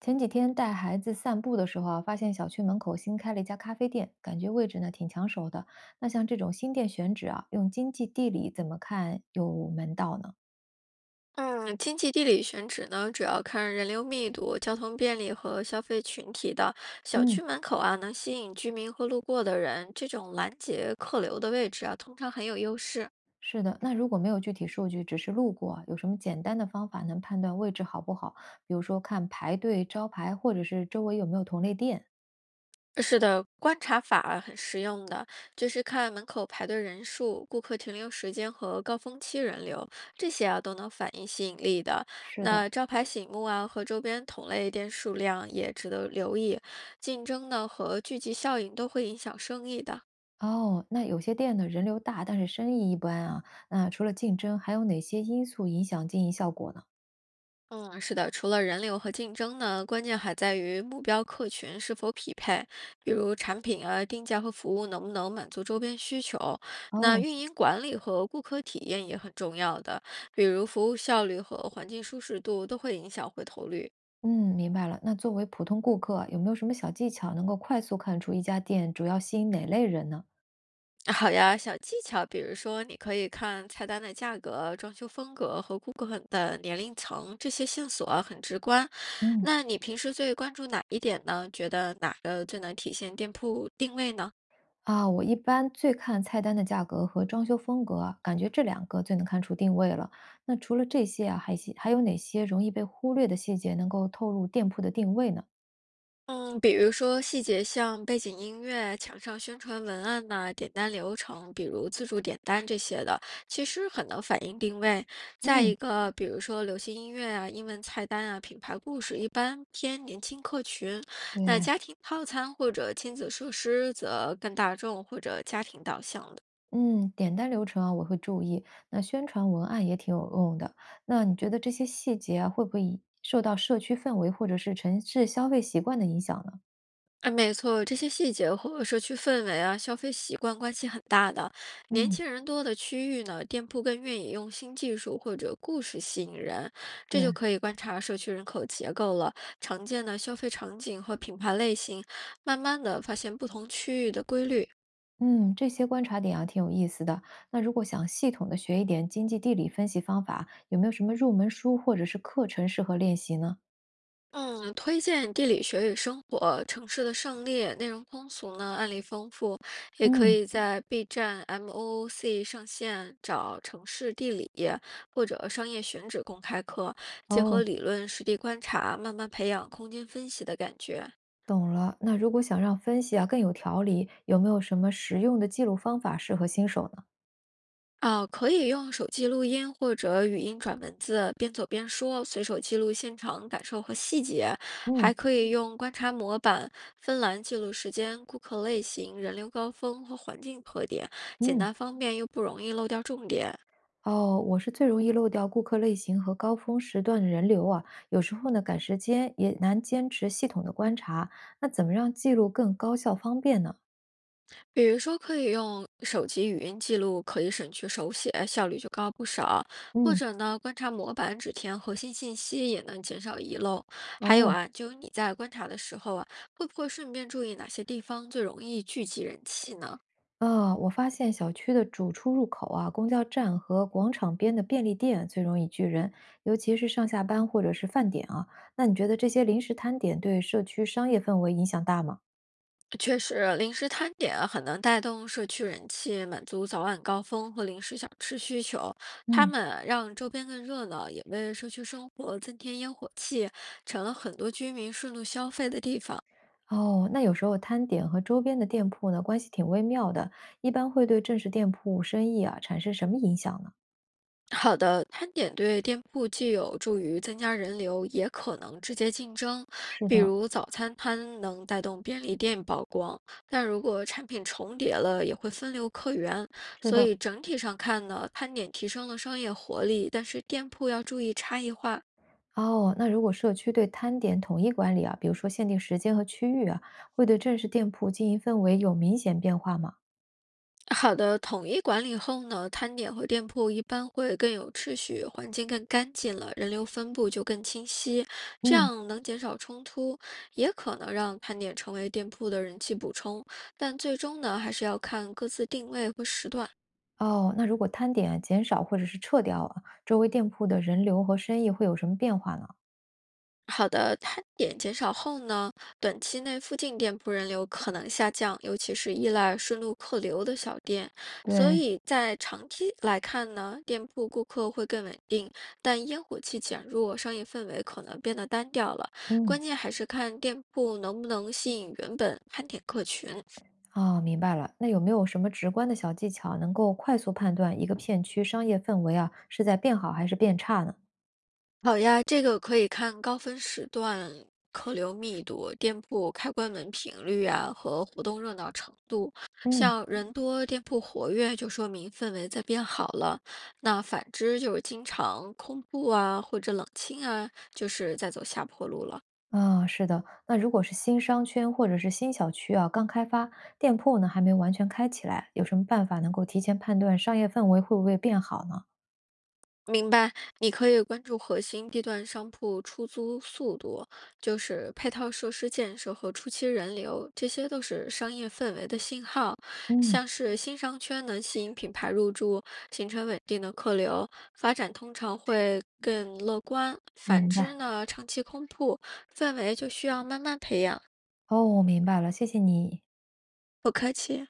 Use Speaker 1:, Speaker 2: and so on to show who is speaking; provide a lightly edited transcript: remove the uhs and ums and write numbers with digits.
Speaker 1: 前几天带孩子散步的时候啊，发现小区门口新开了一家咖啡店，感觉位置呢挺抢手的。那像这种新店选址啊，用经济地理怎么看有门道呢？
Speaker 2: 嗯，经济地理选址呢，主要看人流密度、交通便利和消费群体的。小
Speaker 1: 嗯，
Speaker 2: 区门口啊，能吸引居民和路过的人，这种拦截客流的位置啊，通常很有优势。
Speaker 1: 是的，那如果没有具体数据，只是路过啊有什么简单的方法能判断位置好不好？比如说看排队、招牌，或者是周围有没有同类店？
Speaker 2: 是的，观察法啊很实用的，就是看门口排队人数、顾客停留时间和高峰期人流，这些啊都能反映吸引力的。
Speaker 1: 是的。
Speaker 2: 那招牌醒目啊和周边同类店数量也值得留意，竞争呢和聚集效应都会影响生意的。
Speaker 1: 哦，那有些店呢人流大，但是生意一般啊。那除了竞争，还有哪些因素影响经营效果呢？
Speaker 2: 嗯，是的，除了人流和竞争呢，关键还在于目标客群是否匹配，比如产品啊、定价和服务能不能满足周边需求。那
Speaker 1: 哦，
Speaker 2: 运营管理和顾客体验也很重要的，比如服务效率和环境舒适度都会影响回头率。
Speaker 1: 嗯，明白了。那作为普通顾客，有没有什么小技巧能够快速看出一家店主要吸引哪类人呢？
Speaker 2: 好呀，小技巧，比如说你可以看菜单的价格、装修风格和顾客的年龄层，这些线索啊很直观。
Speaker 1: 嗯，
Speaker 2: 那你平时最关注哪一点呢？觉得哪个最能体现店铺定位呢？
Speaker 1: 啊，我一般最看菜单的价格和装修风格啊感觉这两个最能看出定位了。那除了这些啊，还有哪些容易被忽略的细节能够透露店铺的定位呢？
Speaker 2: 嗯，比如说细节像背景音乐、墙上宣传文案呐、点单流程，比如自助点单这些的，其实很能反映定位。再
Speaker 1: 嗯，
Speaker 2: 一个，比如说流行音乐啊、英文菜单啊、品牌故事，一般偏年轻客群；那
Speaker 1: 对。
Speaker 2: 家庭套餐或者亲子设施则更大众或者家庭导向的。
Speaker 1: 嗯，点单流程啊，我会注意。那宣传文案也挺有用的。那你觉得这些细节啊会不会以受到社区氛围或者是城市消费习惯的影响呢？
Speaker 2: 哎，没错，这些细节和社区氛围啊、消费习惯关系很大的。年
Speaker 1: 嗯，
Speaker 2: 轻人多的区域呢，店铺更愿意用新技术或者故事吸引人，这就
Speaker 1: 对。
Speaker 2: 可以观察社区人口结构了，常见的消费场景和品牌类型，慢慢的发现不同区域的规律。
Speaker 1: 嗯，这些观察点啊，挺有意思的。那如果想系统的学一点经济地理分析方法，有没有什么入门书或者是课程适合练习呢？
Speaker 2: 嗯，推荐《地理学与生活》《城市的胜利》，内容通俗呢，案例丰富，也可
Speaker 1: 嗯，
Speaker 2: 以在 B 站、MOOC 上线找城市地理或者商业选址公开课，结合
Speaker 1: 哦，
Speaker 2: 理论实地观察，慢慢培养空间分析的感觉。
Speaker 1: 懂了。那如果想让分析啊更有条理，有没有什么实用的记录方法适合新手呢？
Speaker 2: 啊，可以用手机录音或者语音转文字，边走边说，随手记录现场感受和细节。还
Speaker 1: 嗯
Speaker 2: 可以用观察模板、分栏记录时间、顾客类型、人流高峰和环境特点，简
Speaker 1: 嗯，
Speaker 2: 单方便又不容易漏掉重点。
Speaker 1: 哦，我是最容易漏掉顾客类型和高峰时段的人流啊，有时候呢赶时间也难坚持系统的观察。那怎么让记录更高效方便呢？
Speaker 2: 比如说，可以用手机语音记录，可以省去手写，效率就高不少。或
Speaker 1: 嗯，
Speaker 2: 者呢，观察模板只填核心信息，也能减少遗漏。还有
Speaker 1: 哦，
Speaker 2: 啊，就是你在观察的时候啊，会不会顺便注意哪些地方最容易聚集人气呢？
Speaker 1: 啊，我发现小区的主出入口啊、公交站和广场边的便利店最容易聚人，尤其是上下班或者是饭点啊。那你觉得这些临时摊点对社区商业氛围影响大吗？
Speaker 2: 确实，零食摊点啊很能带动社区人气，满足早晚高峰和零食小吃需求。他
Speaker 1: 嗯，
Speaker 2: 们啊让周边更热闹，也为社区生活增添烟火气，成了很多居民顺路消费的地方。
Speaker 1: 哦，那有时候摊点和周边的店铺呢，关系挺微妙的，一般会对正式店铺生意啊产生什么影响呢？
Speaker 2: 好的，摊点对店铺既有助于增加人流，也可能直接竞争。
Speaker 1: 是
Speaker 2: 比
Speaker 1: 的，
Speaker 2: 如早餐摊能带动便利店曝光，但如果产品重叠了，也会分流客源。
Speaker 1: 是
Speaker 2: 所
Speaker 1: 的。
Speaker 2: 以整体上看呢，摊点提升了商业活力，但是店铺要注意差异化。
Speaker 1: 哦，那如果社区对摊点统一管理啊，比如说限定时间和区域啊，会对正式店铺经营氛围有明显变化吗？
Speaker 2: 好的，统一管理后呢，摊点和店铺一般会更有秩序，环境更干净了，人流分布就更清晰，这
Speaker 1: 嗯。
Speaker 2: 样能减少冲突，也可能让摊点成为店铺的人气补充，但最终呢，还是要看各自定位和时段。
Speaker 1: 哦，那如果摊点啊减少或者是撤掉啊，周围店铺的人流和生意会有什么变化呢？
Speaker 2: 好的，摊点减少后呢，短期内附近店铺人流可能下降，尤其是依赖顺路客流的小店。所
Speaker 1: 对，
Speaker 2: 以在长期来看呢，店铺顾客会更稳定，但烟火气减弱，商业氛围可能变得单调了。
Speaker 1: 嗯，
Speaker 2: 关键还是看店铺能不能吸引原本摊点客群。
Speaker 1: 哦，明白了。那有没有什么直观的小技巧，能够快速判断一个片区商业氛围啊，是在变好还是变差呢？
Speaker 2: 好呀，这个可以看高峰时段客流密度、店铺开关门频率啊和活动热闹程度。
Speaker 1: 嗯，
Speaker 2: 像人多、店铺活跃，就说明氛围在变好了。那反之就是经常空铺啊或者冷清啊，就是在走下坡路了。
Speaker 1: 啊，是的。那如果是新商圈或者是新小区啊，刚开发，店铺呢还没完全开起来，有什么办法能够提前判断商业氛围会不会变好呢？
Speaker 2: 明白，你可以关注核心地段商铺出租速度，就是配套设施建设和初期人流，这些都是商业氛围的信号。
Speaker 1: 嗯，
Speaker 2: 像是新商圈能吸引品牌入驻，形成稳定的客流，发展通常会更乐观。反
Speaker 1: 明
Speaker 2: 之
Speaker 1: 白。
Speaker 2: 呢，长期空铺氛围就需要慢慢培养。
Speaker 1: 哦，明白了，谢谢你。
Speaker 2: 不客气。